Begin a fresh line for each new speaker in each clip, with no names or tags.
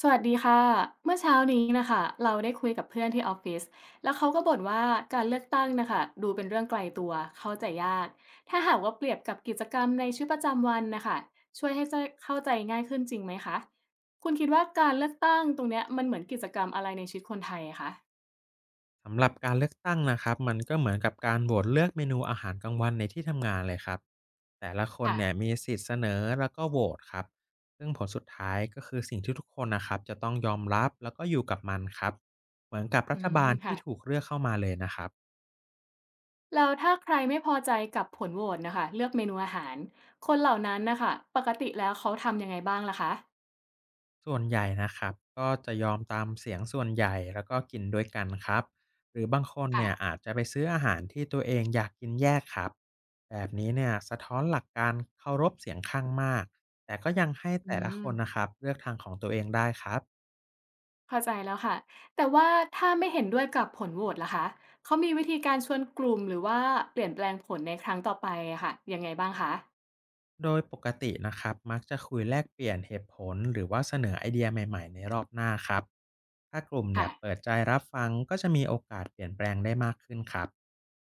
สวัสดีค่ะเมื่อเช้านี้นะคะเราได้คุยกับเพื่อนที่ออฟฟิศแล้วเขาก็บ่นว่าการเลือกตั้งนะคะดูเป็นเรื่องไกลตัวเข้าใจยากถ้าหากว่าเปรียบกับกิจกรรมในชีวิตประจำวันนะคะช่วยให้เข้าใจง่ายขึ้นจริงไหมคะคุณคิดว่าการเลือกตั้งตรงเนี้ยมันเหมือนกิจกรรมอะไรในชีวิตคนไทยอะคะ
สำหรับการเลือกตั้งนะครับมันก็เหมือนกับการโหวตเลือกเมนูอาหารกลางวันในที่ทำงานเลยครับแต่ละคน
ค่ะ
เนี่ยมีสิทธิ์เสนอแล้วก็โหวตครับซึ่งผลสุดท้ายก็คือสิ่งที่ทุกคนนะครับจะต้องยอมรับแล้วก็อยู่กับมันครับเหมือนกับ
อื
รัฐ
ม
บาล
ค่ะ
ที่ถูกเลือกเข้ามาเลยนะครับ
แล้วถ้าใครไม่พอใจกับผลโหวตนะคะเลือกเมนูอาหารคนเหล่านั้นนะคะปกติแล้วเขาทำยังไงบ้างล่ะคะ
ส่วนใหญ่นะครับก็จะยอมตามเสียงส่วนใหญ่แล้วก็กินด้วยกันครับหรือบางคน
ค่ะ
เนี่ยอาจจะไปซื้ออาหารที่ตัวเองอยากกินแยกครับแบบนี้เนี่ยสะท้อนหลักการเคารพเสียงข้างมากแต่ก็ยังให้
อื
แต่ละ
ม
คนนะครับเลือกทางของตัวเองได้ครับ
เข้าใจแล้วค่ะแต่ว่าถ้าไม่เห็นด้วยกับผลโหวตล่ะคะเขามีวิธีการชวนกลุ่มหรือว่าเปลี่ยนแปลงผลในครั้งต่อไปอะค่ะยังไงบ้างคะ
โดยปกตินะครับมักจะคุยแลกเปลี่ยนเหตุผลหรือว่าเสนอไอเดียใหม่ๆในรอบหน้าครับถ้ากลุ่มเนี่
ค่ะ
ยเปิดใจรับฟังก็จะมีโอกาสเปลี่ยนแปลงได้มากขึ้นครับ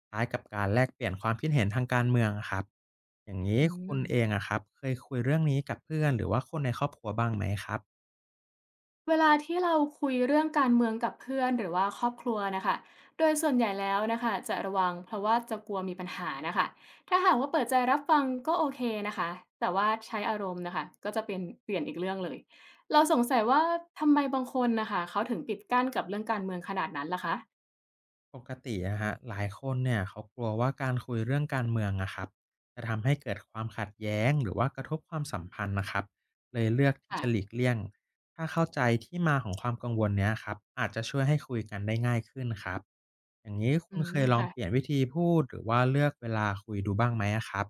คล้ายกับการแลกเปลี่ยนความคิดเห็นทางการเมืองอะครับอย่างนี้
อื
คุณเอง
ม
อะครับเคยคุยเรื่องนี้กับเพื่อนหรือว่าคนในครอบครัวบ้างไหมครับ
เวลาที่เราคุยเรื่องการเมืองกับเพื่อนหรือว่าครอบครัวนะคะโดยส่วนใหญ่แล้วนะคะจะระวังเพราะว่าจะกลัวมีปัญหาน่ะคะถ้าหากว่าเปิดใจรับฟังก็โอเคนะคะแต่ว่าใช้อารมณ์นะคะก็จะเป็นเปลี่ยนอีกเรื่องเลยเราสงสัยว่าทำไมบางคนนะคะเขาถึงปิดกั้นกับเรื่องการเมืองขนาดนั้นล่ะค
ปกติอะฮรหลายคนเนี่ยเขากลัวว่าการคุยเรื่องการเมืองอะครับจะทำให้เกิดความขัดแย้งหรือว่ากระทบความสัมพันธ์นะครับเลยเลือกที่
ะ
จะหลีกเลี่ยงถ้าเข้าใจที่มาของความกังวลเนี้ยครับอาจจะช่วยให้คุยกันได้ง่ายขึ้นครับอย่างนี้
อื
คุณเค
ม
ยลอง
ค่ะ
เปลี่ยนวิธีพูดหรือว่าเลือกเวลาคุยดูบ้างไหมอะครับ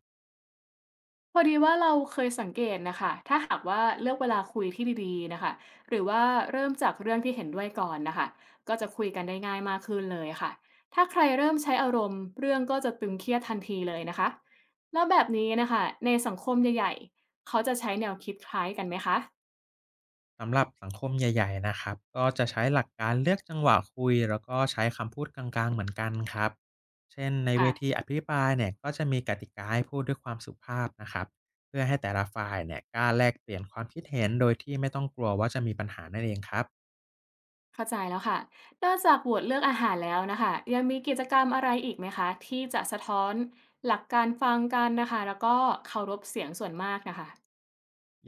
พอดีว่าเราเคยสังเกตนะคะถ้าหากว่าเลือกเวลาคุยที่ดีๆนะคะหรือว่าเริ่มจากเรื่องที่เห็นด้วยก่อนนะคะก็จะคุยกันได้ง่ายมากขึ้นเลยค่ะถ้าใครเริ่มใช้อารมณ์เรื่องก็จะตึงเครียดทันทีเลยนะคะแล้วแบบนี้นะคะในสังคมใหญ่ๆเขาจะใช้แนวคิดคล้ายกันไหมคะ
สำหรับสังคมใหญ่ๆนะครับก็จะใช้หลักการเลือกจังหวะคุยแล้วก็ใช้คำพูดกลางๆเหมือนกันครับเช่นในเวที
ค่ะ
อภิปรายเนี่ยก็จะมีกติกาให้พูดด้วยความสุภาพนะครับเพื่อให้แต่ละฝ่ายเนี่ยกล้าแลกเปลี่ยนความคิดเห็นโดยที่ไม่ต้องกลัวว่าจะมีปัญหานั่นเองครับ
เข้าใจแล้วค่ะนอกจากโหวตเลือกอาหารแล้วนะคะยังมีกิจกรรมอะไรอีกไหมคะที่จะสะท้อนหลักการฟังกันนะคะแล้วก็เคารพเสียงส่วนมากนะคะ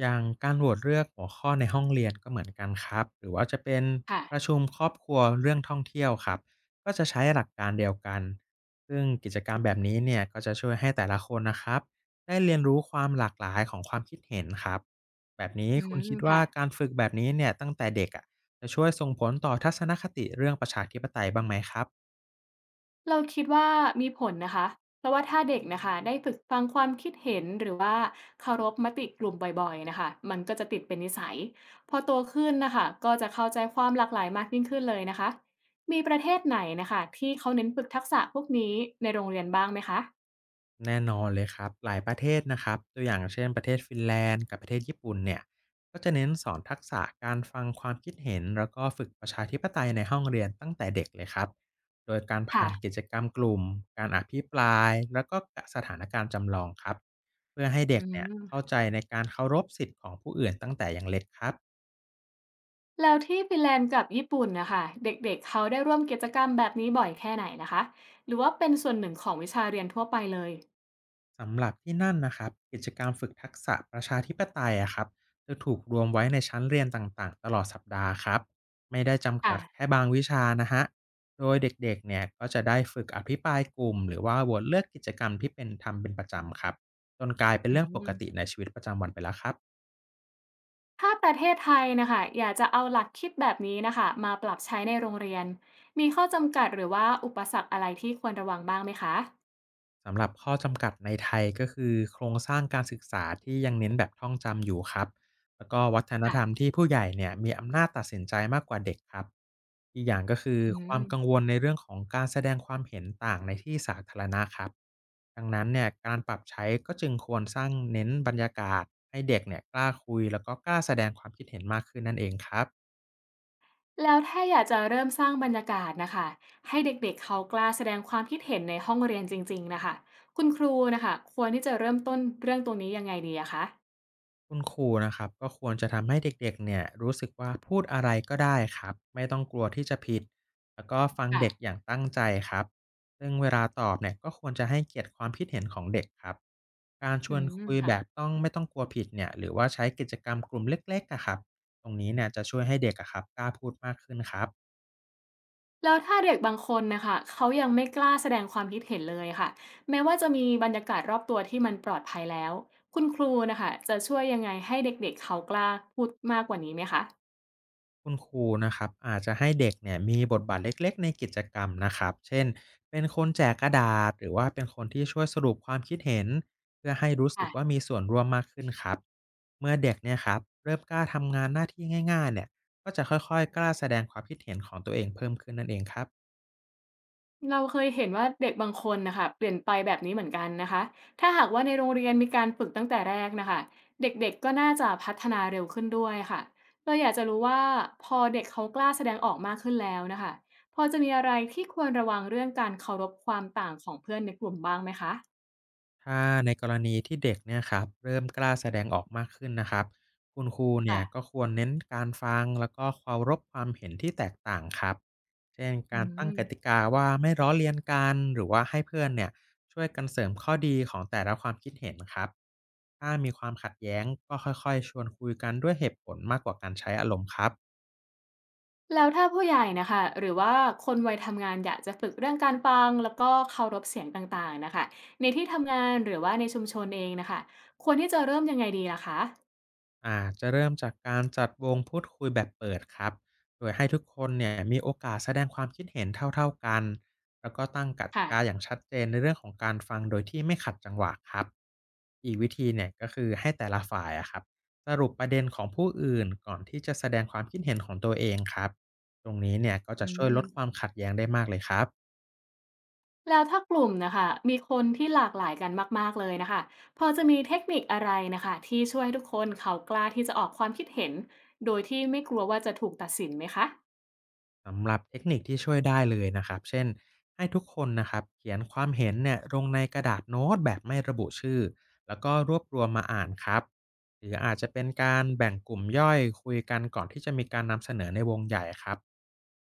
อย่างการโหวตเลือกหัวข้อในห้องเรียนก็เหมือนกันครับหรือว่าจะเป็นป
ค่ะ
ระชุมครอบครัวเรื่องท่องเที่ยวครับก็จะใช้หลักการเดียวกันซึ่งกิจกรรมแบบนี้เนี่ยก็จะช่วยให้แต่ละคนนะครับได้เรียนรู้ความหลากหลายของความคิดเห็นครับแบบนี้
อื
คุณ
ม
คิด
ค่ะ
ว่าการฝึกแบบนี้เนี่ยตั้งแต่เด็กอะจะช่วยส่งผลต่อทัศนคติเรื่องประชาธิปไตยบ้างไหมครับ
เราคิดว่ามีผลนะคะเพราะว่าถ้าเด็กนะคะได้ฝึกฟังความคิดเห็นหรือว่าเคารพมติกลุ่มบ่อยๆนะคะมันก็จะติดเป็นนิสัยพอโตขึ้นนะคะก็จะเข้าใจความหลากหลายมากยิ่งขึ้นเลยนะคะมีประเทศไหนนะคะที่เขาเน้นฝึกทักษะพวกนี้ในโรงเรียนบ้างไหมคะ
แน่นอนเลยครับหลายประเทศนะครับตัวอย่างเช่นประเทศฟินแลนด์กับประเทศญี่ปุ่นเนี่ยก็จะเน้นสอนทักษะการฟังความคิดเห็นแล้วก็ฝึกประชาธิปไตยในห้องเรียนตั้งแต่เด็กเลยครับโดยการ
ค่ะ
ผ่านกิจกรรมกลุ่มการอภิปรายแล้วก็สถานการณ์จำลองครับเพื่อให้
อื
เด็กเนี่ยเข้า
ม
ใจในการเคารพสิทธิ์ของผู้อื่นตั้งแต่ยังเล็กครับ
แล้วที่ฟินแลนด์กับญี่ปุ่นนะคะเด็กๆเขาได้ร่วมกิจกรรมแบบนี้บ่อยแค่ไหนนะคะหรือว่าเป็นส่วนหนึ่งของวิชาเรียนทั่วไปเลย
สำหรับที่นั่นนะครับกิจกรรมฝึกทักษะประชาธิปไตยอะครับจะถูกรวมไว้ในชั้นเรียนต่างๆตลอดสัปดาห์ครับไม่ได้จำ
ค่ะ
กัดแค่บางวิชานะฮะโดยเด็กๆเนี่ยก็จะได้ฝึกอภิปรายกลุ่มหรือว่าโหวตเลือกกิจกรรมที่เป็นทำเป็นประจำครับจนกลายเป็น
อื
เรื่องปกติ
ม
ในชีวิตประจำวันไปแล้วครับ
ถ้าประเทศไทยนะคะอยากจะเอาหลักคิดแบบนี้นะคะมาปรับใช้ในโรงเรียนมีข้อจำกัดหรือว่าอุปสรรคอะไรที่ควรระวังบ้างไหมคะ
สำหรับข้อจำกัดในไทยก็คือโครงสร้างการศึกษาที่ยังเน้นแบบท่องจำอยู่ครับแล้วก็วัฒนธรรม
ค่ะ
ที่ผู้ใหญ่เนี่ยมีอำนาจตัดสินใจมากกว่าเด็กครับอีกอย่างก็คือ
อื
ค
ม
วามกังวลในเรื่องของการแสดงความเห็นต่างในที่สาธารณะครับดังนั้นเนี่ยการปรับใช้ก็จึงควรสร้างเน้นบรรยากาศให้เด็กเนี่ยกล้าคุยแล้วก็กล้าแสดงความคิดเห็นมากขึ้นนั่นเองครับ
แล้วถ้าอยากจะเริ่มสร้างบรรยากาศนะคะให้เด็กๆเขากล้าแสดงความคิดเห็นในห้องเรียนจริงๆนะคะคุณครูนะคะควรที่จะเริ่มต้นเรื่องตรงนี้ยังไงดีอะคะ
คุณครูนะครับก็ควรจะทำให้เด็กๆเนี่ยรู้สึกว่าพูดอะไรก็ได้ครับไม่ต้องกลัวที่จะผิดแล้วก็ฟัง
ค่ะ
เด็กอย่างตั้งใจครับซึ่งเวลาตอบเนี่ยก็ควรจะให้เกียรติความคิดเห็นของเด็กครับการช
อื
วน
ม
คุย
ค่ะ
แบบต้องไม่ต้องกลัวผิดเนี่ยหรือว่าใช้กิจกรรมกลุ่มเล็กๆอะครับตรงนี้เนี่ยจะช่วยให้เด็กอะครับกล้าพูดมากขึ้นครับ
แล้วถ้าเด็กบางคนนะคะเขายังไม่กล้าแสดงความคิดเห็นเลยค่ะแม้ว่าจะมีบรรยากาศรอบตัวที่มันปลอดภัยแล้วคุณครูนะคะจะช่วยยังไงให้เด็กๆเขากล้าพูดมากกว่านี้ไหมคะ
คุณครูนะครับอาจจะให้เด็กเนี่ยมีบทบาทเล็กๆในกิจกรรมนะครับเช่นเป็นคนแจกกระดาษหรือว่าเป็นคนที่ช่วยสรุปความคิดเห็นเพื่อให้รู้สึกว่า
ค่ะ
มีส่วนร่วมมากขึ้นครับเมื่อเด็กเนี่ยครับเริ่มกล้าทำงานหน้าที่ง่ายๆเนี่ยก็จะค่อยๆกล้าแสดงความคิดเห็นของตัวเองเพิ่มขึ้นนั่นเองครับ
เราเคยเห็นว่าเด็กบางคนนะคะเปลี่ยนไปแบบนี้เหมือนกันนะคะถ้าหากว่าในโรงเรียนมีการฝึกตั้งแต่แรกนะคะเด็กๆก็น่าจะพัฒนาเร็วขึ้นด้วยค่ะเราอยากจะรู้ว่าพอเด็กเขากล้าแสดงออกมากขึ้นแล้วนะคะพอจะมีอะไรที่ควรระวังเรื่องการเคารพความต่างของเพื่อนในกลุ่มบ้างไหมคะ
ถ้าในกรณีที่เด็กเนี่ยครับเริ่มกล้าแสดงออกมากขึ้นนะครับคุณครูเนี่ยก็
ค่ะ
ควรเน้นการฟังแล้วก็เคารพความเห็นที่แตกต่างครับเช่น
อื
การตั้งกติ
ม
กาว่าไม่ล้อเลียนกันหรือว่าให้เพื่อนเนี่ยช่วยกันเสริมข้อดีของแต่ละความคิดเห็นครับถ้ามีความขัดแย้งก็ค่อยๆชวนคุยกันด้วยเหตุผลมากกว่าการใช้อารมณ์ครับ
แล้วถ้าผู้ใหญ่นะคะหรือว่าคนวัยทำงานอยากจะฝึกเรื่องการฟังแล้วก็เคารพเสียงต่างๆนะคะในที่ทำงานหรือว่าในชุมชนเองนะคะควรที่จะเริ่มยังไงดีล่ะคะ
จะเริ่มจากการจัดวงพูดคุยแบบเปิดครับโดยให้ทุกคนเนี่ยมีโอกาสแสดงความคิดเห็นเท่าๆกันแล้วก็ตั้งกติ
ค่ะ
กาอย่างชัดเจนในเรื่องของการฟังโดยที่ไม่ขัดจังหวะครับอีกวิธีเนี่ยก็คือให้แต่ละฝ่ายอะครับสรุปประเด็นของผู้อื่นก่อนที่จะแสดงความคิดเห็นของตัวเองครับตรงนี้เนี่ยก็
อื
จะช่วยล
ม
ดความขัดแย้งได้มากเลยครับ
แล้วถ้ากลุ่มนะคะ มีคนที่หลากหลายกันมากๆเลยนะคะ พอจะมีเทคนิคอะไรนะคะ ที่ช่วยให้ทุกคนเขากล้าที่จะออกความคิดเห็น โดยที่ไม่กลัวว่าจะถูกตัดสินไหมคะ
สำหรับเทคนิคที่ช่วยได้เลยนะครับเช่นให้ทุกคนนะครับเขียนความเห็นเนี่ยลงในกระดาษโน้ตแบบไม่ระบุชื่อแล้วก็รวบรวมมาอ่านครับหรืออาจจะเป็นการแบ่งกลุ่มย่อยคุยกันก่อนที่จะมีการนำเสนอในวงใหญ่ครับ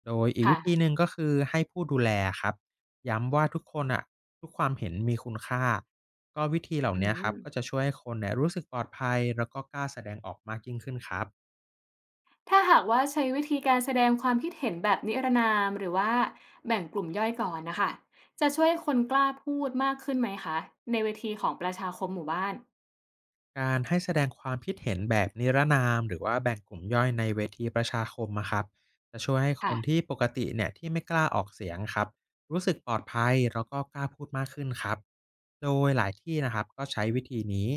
โดยอีกวิธี
ค่ะ
หนึ่งก็คือให้ผู้ดูแลครับย้ำว่าทุกคนอะทุกความเห็นมีคุณค่าก็วิธีเหล่า
อื
นี้
ม
ครับก็จะช่วยให้คนเนี่ยรู้สึกปลอดภัยแล้วก็กล้าแสดงออกมากยิ่งขึ้นครับ
ถ้าหากว่าใช้วิธีการแสดงความคิดเห็นแบบนิรนามหรือว่าแบ่งกลุ่มย่อยก่อนนะคะจะช่วยคนกล้าพูดมากขึ้นไหมคะในเวทีของประชาคมหมู่บ้าน
การให้แสดงความคิดเห็นแบบนิรนามหรือว่าแบ่งกลุ่มย่อยในเวทีประชาคมนะครับจะช่วยให้ค
ค่ะ
นที่ปกติเนี่ยที่ไม่กล้าออกเสียงครับรู้สึกปลอดภัยแล้วก็กล้าพูดมากขึ้นครับโดยหลายที่นะครับก็ใช้วิธีนี้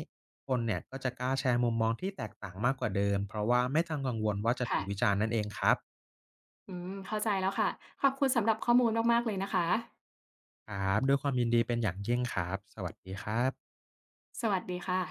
คนเนี่ยก็จะกล้าแชร์มุมมองที่แตกต่างมากกว่าเดิมเพราะว่าไม่ต้องกังวลว่าจะถู
ค่ะ
กวิจารณ์นั่นเองครับ
อืมเข้าใจแล้วค่ะขอบคุณสำหรับข้อมูลมากๆเลยนะคะ
ครับด้วยความยินดีเป็นอย่างยิ่งครับสวัสดีครับ
สวัสดีค่ะ